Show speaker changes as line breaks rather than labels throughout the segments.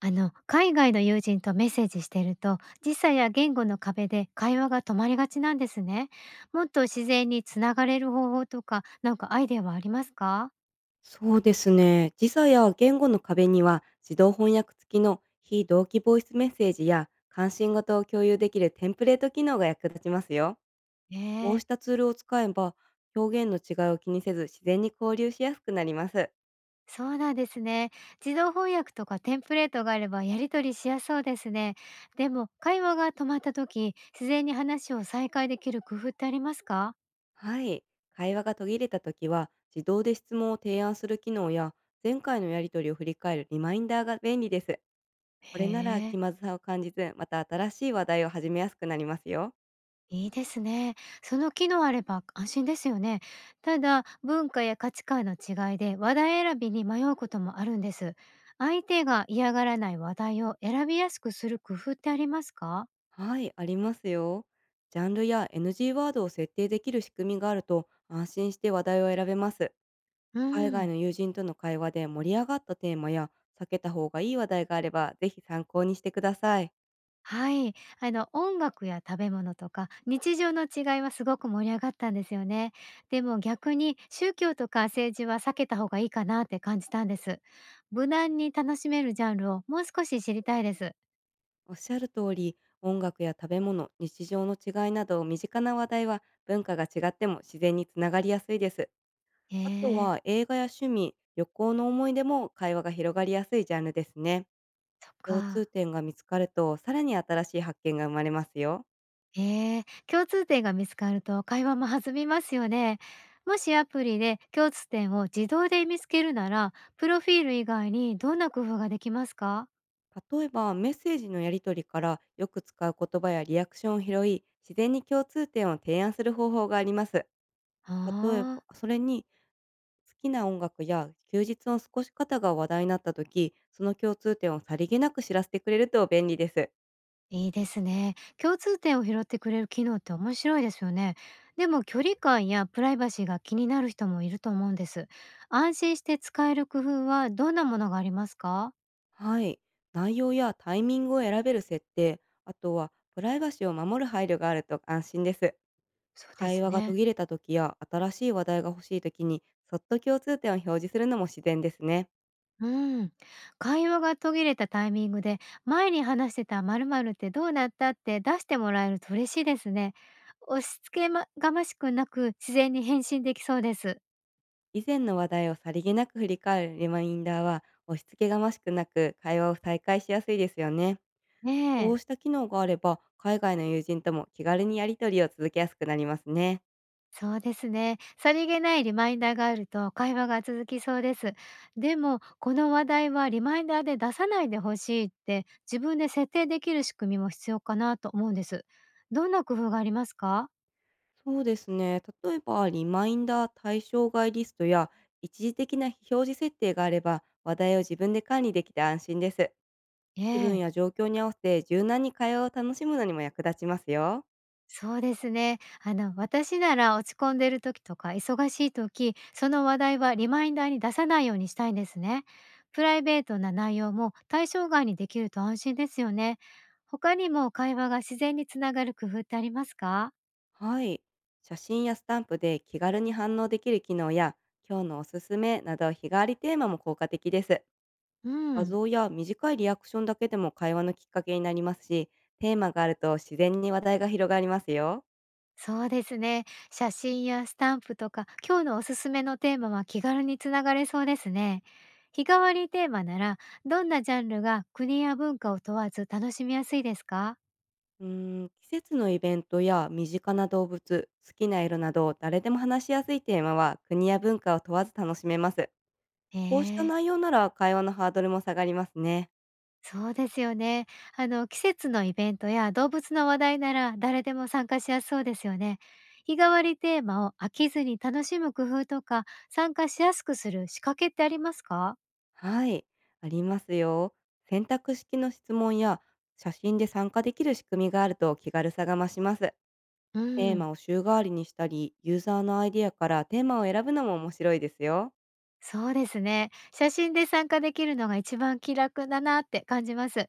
海外の友人とメッセージしてると、時差や言語の壁で会話が止まりがちなんですね。もっと自然につながれる方法とか、アイデアはありますか？
そうですね。時差や言語の壁には自動翻訳付きの非同期ボイスメッセージや関心型を共有できるテンプレート機能が役立ちますよ。こ
え
うし
え、
たツールを使えば、表現の違いを気にせず自然に交流しやすくなります。
そうなんですね。自動翻訳とかテンプレートがあればやり取りしやすそうですね。でも、会話が止まった時自然に話を再開できる工夫ってありますか？
はい。会話が途切れた時は、自動で質問を提案する機能や、前回のやり取りを振り返るリマインダーが便利です。こ
へ
れなら、気
え。
まずさを感じず、また新しい話題を始めやすくなりますよ。
いいですね。その機能あれば安心ですよね。ただ、文化や価値観の違いで話題選びに迷うこともあるんです。相手が嫌がらない話題を選びやすくする工夫ってありますか？
はい、ありますよ。ジャンルや NG ワードを設定できる仕組みがあると、安心して話題を選べます。
う
海外
ん、
の友人との会話で盛り上がったテーマや、避けた方がいい話題があれば、ぜひ参考にしてください。
はい。音楽や食べ物とか日常の違いはすごく盛り上がったんですよね。でも逆に宗教とか政治は避けた方がいいかなって感じたんです。無難に楽しめるジャンルをもう少し知りたいです。
おっしゃる通り、音楽や食べ物、日常の違いなど身近な話題は、文化が違っても自然につながりやすいです。
え
あと
え。
は映画や趣味、旅行の思い出も会話が広がりやすいジャンルですね。
そっ
共通
か。
点が見つかると、さらに新しい発見が生まれますよ。
ええ、共通点が見つかると会話も弾みますよね。もしアプリで共通点を自動で見つけるなら、プロフィール以外にどんな工夫ができますか？
例えば、メッセージのやり取りからよく使う言葉やリアクションを拾い、自然に共通点を提案する方法があります。例え
あ
ば
あ、
それに、好きな音楽や休日の過ごし方が話題になった時、その共通点をさりげなく知らせてくれると便利です。
いいですね。共通点を拾ってくれる機能って面白いですよね。でも距離感やプライバシーが気になる人もいると思うんです。安心して使える工夫はどんなものがありますか？
はい。内容やタイミングを選べる設定、あとはプライバシーを守る配慮があると安心です。
そうで
会
す
話が途
ね。
切れた時や新しい話題が欲しい時に、そっと共通点を表示するのも自然ですね。
うん。会話が途切れたタイミングで、前に話してた〇〇ってどうなったって出してもらえると嬉しいですね。押し付けまがましくなく自然に返信できそうです。
以前の話題をさりげなく振り返るリマインダーは、押し付けがましくなく、会話を再開しやすいですよね。
ね
こ
え。
うした機能があれば、海外の友人とも気軽にやり取りを続けやすくなりますね。
そうですね。さりげないリマインダーがあると会話が続きそうです。でも、この話題はリマインダーで出さないでほしいって自分で設定できる仕組みも必要かなと思うんです。どんな工夫がありますか？
そうですね。例えば、リマインダー対象外リストや、一時的な非表示設定があれば、話題を自分で管理できて安心です。
え
気分や
え。
状況に合わせて柔軟に会話を楽しむのにも役立ちますよ。
そうですね。私なら落ち込んでる時とか忙しい時、その話題はリマインダーに出さないようにしたいんですね。プライベートな内容も対象外にできると安心ですよね。他にも会話が自然につながる工夫ってありますか？
はい。写真やスタンプで気軽に反応できる機能や、今日のおすすめなど日替わりテーマも効果的です。
う
画
ん。
像や短いリアクションだけでも会話のきっかけになりますし、テーマがあると自然に話題が広がりますよ。
そうですね。写真やスタンプとか、今日のおすすめのテーマは気軽につながれそうですね。日替わりテーマなら、どんなジャンルが国や文化を問わず楽しみやすいですか？
うー季節のイベントや身近な動物、好きな色など誰でも話しやすいテーマは、国や文化を問わず楽しめます。こうした
え
内
え。
容なら、会話のハードルも下がりますね。
そうですよね。季節のイベントや動物の話題なら誰でも参加しやすそうですよね。日替わりテーマを飽きずに楽しむ工夫とか、参加しやすくする仕掛けってありますか？
はい、ありますよ。選択式の質問や写真で参加できる仕組みがあると、気軽さが増します。
う
テー
ん、
マを週替わりにしたり、ユーザーのアイディアからテーマを選ぶのも面白いですよ。
そうですね。写真で参加できるのが一番気楽だなって感じます。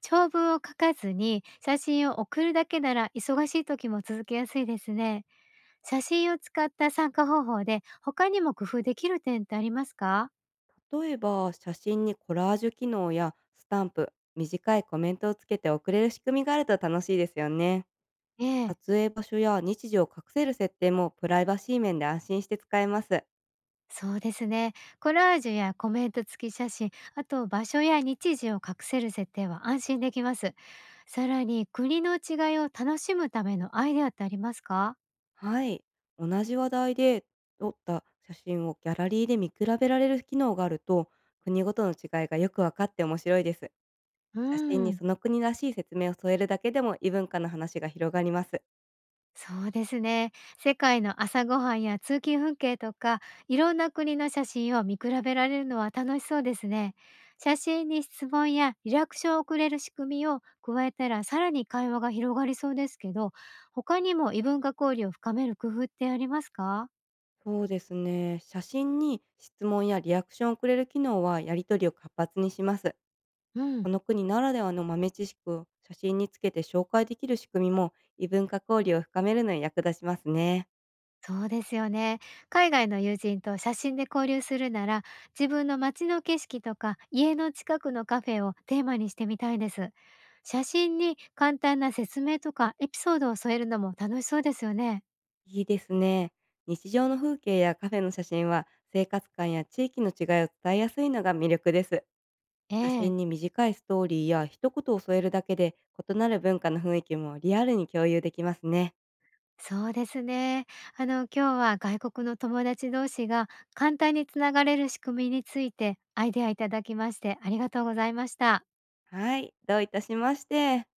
長文を書かずに写真を送るだけなら忙しい時も続けやすいですね。写真を使った参加方法で他にも工夫できる点ってありますか？
例えば、写真にコラージュ機能やスタンプ、短いコメントをつけて送れる仕組みがあると楽しいですよね。
ええ。
撮影場所や日時を隠せる設定も、プライバシー面で安心して使えます。
そうですね。コラージュやコメント付き写真、あと場所や日時を隠せる設定は安心できます。さらに国の違いを楽しむためのアイデアってありますか？
はい。同じ話題で撮った写真をギャラリーで見比べられる機能があると、国ごとの違いがよく分かって面白いです。
うー
写真に
ん、
その国らしい説明を添えるだけでも、異文化の話が広がります。
そうですね。世界の朝ごはんや通勤風景とか、いろんな国の写真を見比べられるのは楽しそうですね。写真に質問やリアクションをくれる仕組みを加えたら、さらに会話が広がりそうですけど、他にも異文化交流を深める工夫ってありますか？
そうですね。写真に質問やリアクションをくれる機能は、やり取りを活発にします。
う
そ
ん。
の国ならではの豆知識を写真につけて紹介できる仕組みも、異文化交流を深めるのに役立ちますね。
そうですよね。海外の友人と写真で交流するなら、自分の街の景色とか家の近くのカフェをテーマにしてみたいです。写真に簡単な説明とかエピソードを添えるのも楽しそうですよね。
いいですね。日常の風景やカフェの写真は、生活感や地域の違いを伝えやすいのが魅力です。
え
写
え。
真に短いストーリーや一言を添えるだけで、異なる文化の雰囲気もリアルに共有できますね。
そうですね。今日は外国の友達同士が簡単につながれる仕組みについてアイデアいただきましてありがとうございました。
はい、どういたしまして。